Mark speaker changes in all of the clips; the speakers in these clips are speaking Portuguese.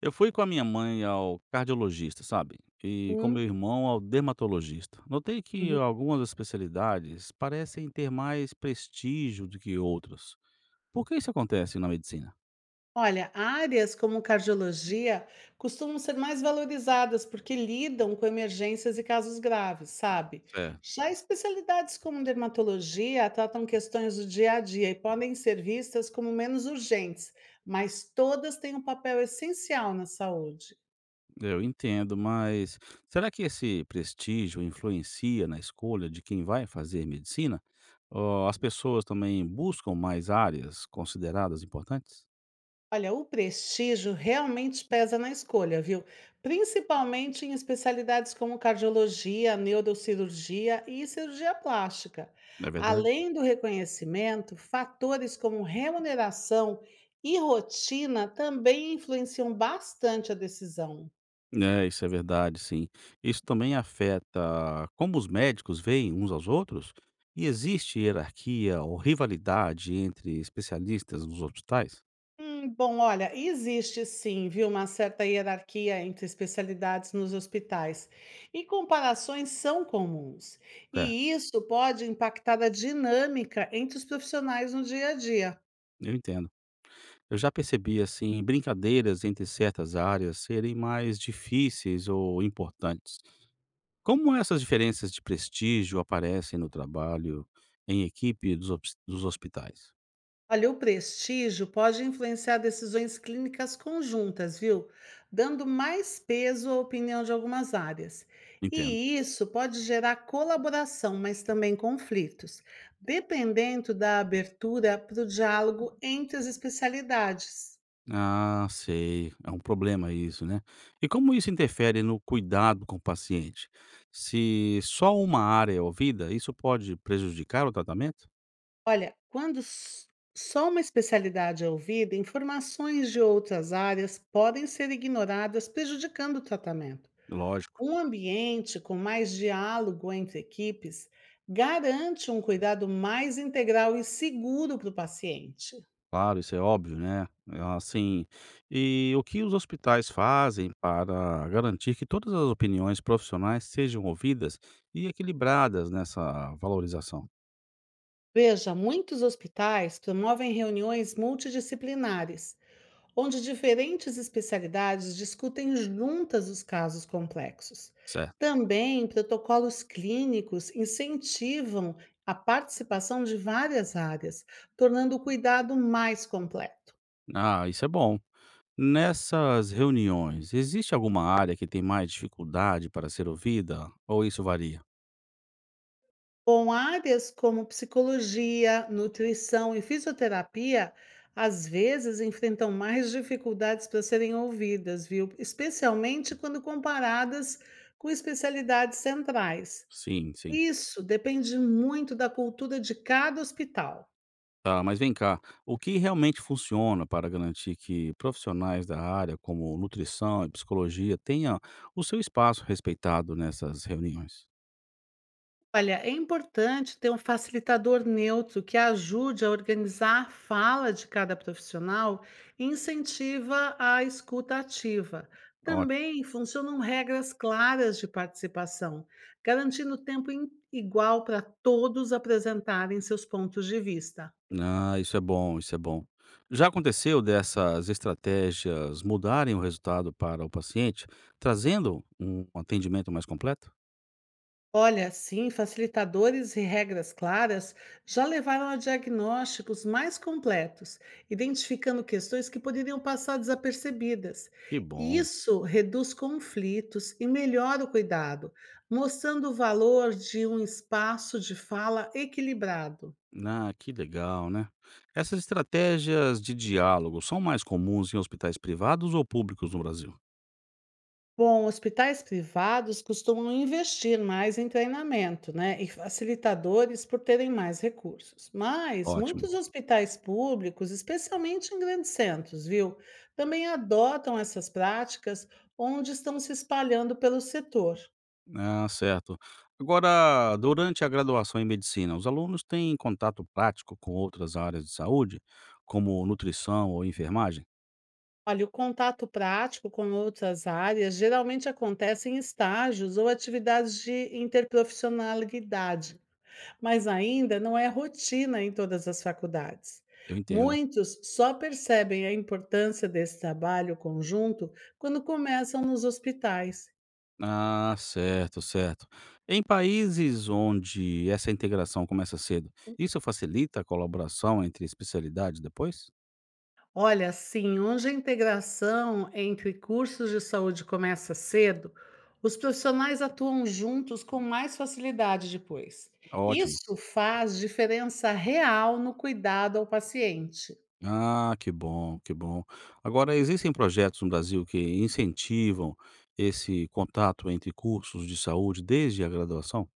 Speaker 1: Eu fui com a minha mãe ao cardiologista, sabe? E com
Speaker 2: Hum,
Speaker 1: meu irmão ao dermatologista. Notei que
Speaker 2: uhum.
Speaker 1: algumas especialidades parecem ter mais prestígio do que outras. Por que isso acontece na medicina?
Speaker 2: Olha, áreas como cardiologia costumam ser mais valorizadas porque lidam com emergências e casos graves, sabe?
Speaker 1: Certo,
Speaker 2: Já especialidades como dermatologia tratam questões do dia a dia e podem ser vistas como menos urgentes, mas todas têm um papel essencial na saúde.
Speaker 1: eu entendo, mas será que esse prestígio influencia na escolha de quem vai fazer medicina? Ou as pessoas também buscam mais áreas consideradas importantes?
Speaker 2: Olha, o prestígio realmente pesa na escolha, viu? Principalmente em especialidades como cardiologia, neurocirurgia e cirurgia plástica.
Speaker 1: É verdade?
Speaker 2: Além do reconhecimento, fatores como remuneração e rotina também influenciam bastante a decisão.
Speaker 1: É, isso é verdade, sim. Isso também afeta como os médicos veem uns aos outros? E existe hierarquia ou rivalidade entre especialistas nos hospitais?
Speaker 2: Bom, olha, existe sim, viu, uma certa hierarquia entre especialidades nos hospitais e comparações são comuns,
Speaker 1: É,
Speaker 2: e isso pode impactar a dinâmica entre os profissionais no dia a dia.
Speaker 1: eu entendo. Eu já percebi, assim, brincadeiras entre certas áreas serem mais difíceis ou importantes. Como essas diferenças de prestígio aparecem no trabalho em equipe dos hospitais?
Speaker 2: Olha, o prestígio pode influenciar decisões clínicas conjuntas, viu? Dando mais peso à opinião de algumas áreas.
Speaker 1: Entendo.
Speaker 2: E isso pode gerar colaboração, mas também conflitos, dependendo da abertura para o diálogo entre as especialidades.
Speaker 1: Ah, sei. É um problema isso, né? E como isso interfere no cuidado com o paciente? Se só uma área é ouvida, isso pode prejudicar o tratamento?
Speaker 2: Olha, quando só uma especialidade é ouvida, informações de outras áreas podem ser ignoradas, prejudicando o tratamento.
Speaker 1: Lógico,
Speaker 2: Um ambiente com mais diálogo entre equipes garante um cuidado mais integral e seguro para o paciente.
Speaker 1: claro, isso é óbvio, né? Assim, e o que os hospitais fazem para garantir que todas as opiniões profissionais sejam ouvidas e equilibradas nessa valorização?
Speaker 2: Veja, muitos hospitais promovem reuniões multidisciplinares, onde diferentes especialidades discutem juntas os casos complexos.
Speaker 1: Certo.
Speaker 2: Também protocolos clínicos incentivam a participação de várias áreas, tornando o cuidado mais completo.
Speaker 1: Ah, isso é bom. Nessas reuniões, existe alguma área que tem mais dificuldade para ser ouvida ou isso varia?
Speaker 2: Com áreas como psicologia, nutrição e fisioterapia, às vezes enfrentam mais dificuldades para serem ouvidas, viu? Especialmente quando comparadas com especialidades centrais.
Speaker 1: Sim, sim.
Speaker 2: Isso depende muito da cultura de cada hospital.
Speaker 1: Tá, mas vem cá, o que realmente funciona para garantir que profissionais da área, como nutrição e psicologia, tenham o seu espaço respeitado nessas reuniões?
Speaker 2: Olha, é importante ter um facilitador neutro que ajude a organizar a fala de cada profissional e incentiva a escuta ativa.
Speaker 1: Ótimo.
Speaker 2: Também funcionam regras claras de participação, garantindo tempo igual para todos apresentarem seus pontos de vista.
Speaker 1: Ah, isso é bom, isso é bom. Já aconteceu dessas estratégias mudarem o resultado para o paciente, trazendo um atendimento mais completo?
Speaker 2: Olha, sim, facilitadores e regras claras já levaram a diagnósticos mais completos, identificando questões que poderiam passar desapercebidas.
Speaker 1: Que
Speaker 2: E
Speaker 1: bom.
Speaker 2: isso reduz conflitos e melhora o cuidado, mostrando o valor de um espaço de fala equilibrado.
Speaker 1: Ah, que legal, né? Essas estratégias de diálogo são mais comuns em hospitais privados ou públicos no Brasil?
Speaker 2: Bom, hospitais privados costumam investir mais em treinamento, né, e facilitadores por terem mais recursos. Mas
Speaker 1: Ótimo.
Speaker 2: muitos hospitais públicos, especialmente em grandes centros, viu, também adotam essas práticas onde estão se espalhando pelo setor.
Speaker 1: Ah, certo. Agora, durante a graduação em medicina, os alunos têm contato prático com outras áreas de saúde, como nutrição ou enfermagem?
Speaker 2: Olha, o contato prático com outras áreas geralmente acontece em estágios ou atividades de interprofissionalidade, mas ainda não é rotina em todas as faculdades.
Speaker 1: Eu entendo.
Speaker 2: Muitos só percebem a importância desse trabalho conjunto quando começam nos hospitais.
Speaker 1: Ah, certo, certo. Em países onde essa integração começa cedo, isso facilita a colaboração entre especialidades depois?
Speaker 2: Olha, sim, onde a integração entre cursos de saúde começa cedo, os profissionais atuam juntos com mais facilidade depois.
Speaker 1: Ótimo.
Speaker 2: Isso faz diferença real no cuidado ao paciente.
Speaker 1: Ah, que bom, que bom. Agora, existem projetos no Brasil que incentivam esse contato entre cursos de saúde desde a graduação?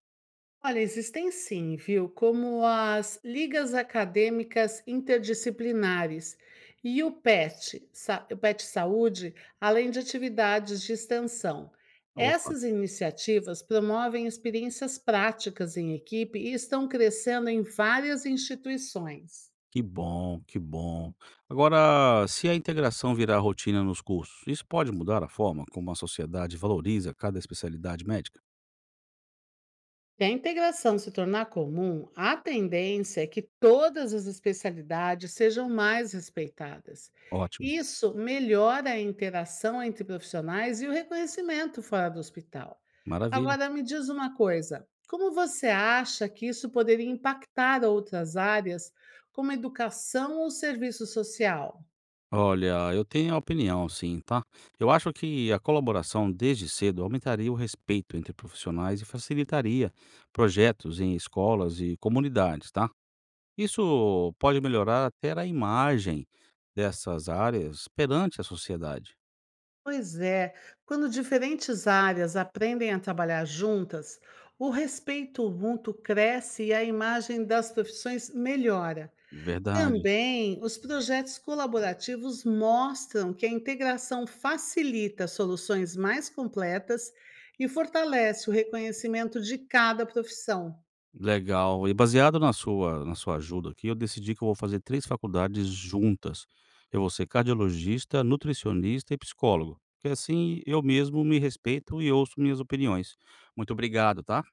Speaker 2: Olha, existem sim, viu? Como as ligas acadêmicas interdisciplinares e o PET, o PET Saúde, além de atividades de extensão.
Speaker 1: Opa,
Speaker 2: Essas iniciativas promovem experiências práticas em equipe e estão crescendo em várias instituições.
Speaker 1: que bom, que bom. Agora, se a integração virar rotina nos cursos, isso pode mudar a forma como a sociedade valoriza cada especialidade médica?
Speaker 2: Se a integração se tornar comum, a tendência é que todas as especialidades sejam mais respeitadas.
Speaker 1: Ótimo,
Speaker 2: Isso melhora a interação entre profissionais e o reconhecimento fora do hospital.
Speaker 1: maravilha.
Speaker 2: Agora, me diz uma coisa: como você acha que isso poderia impactar outras áreas, como educação ou serviço social?
Speaker 1: Olha, eu tenho a opinião sim, tá? Eu acho que a colaboração desde cedo aumentaria o respeito entre profissionais e facilitaria projetos em escolas e comunidades, tá? Isso pode melhorar até a imagem dessas áreas perante a sociedade.
Speaker 2: Pois é, quando diferentes áreas aprendem a trabalhar juntas, o respeito mútuo cresce e a imagem das profissões melhora.
Speaker 1: Verdade.
Speaker 2: Também, os projetos colaborativos mostram que a integração facilita soluções mais completas e fortalece o reconhecimento de cada profissão.
Speaker 1: Legal. E baseado na sua ajuda aqui, eu decidi que eu vou fazer 3 faculdades juntas. Eu vou ser cardiologista, nutricionista e psicólogo, porque assim eu mesmo me respeito e ouço minhas opiniões. Muito obrigado, tá?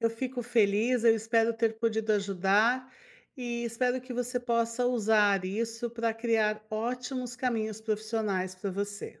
Speaker 2: Eu fico feliz, eu espero ter podido ajudar e espero que você possa usar isso para criar ótimos caminhos profissionais para você.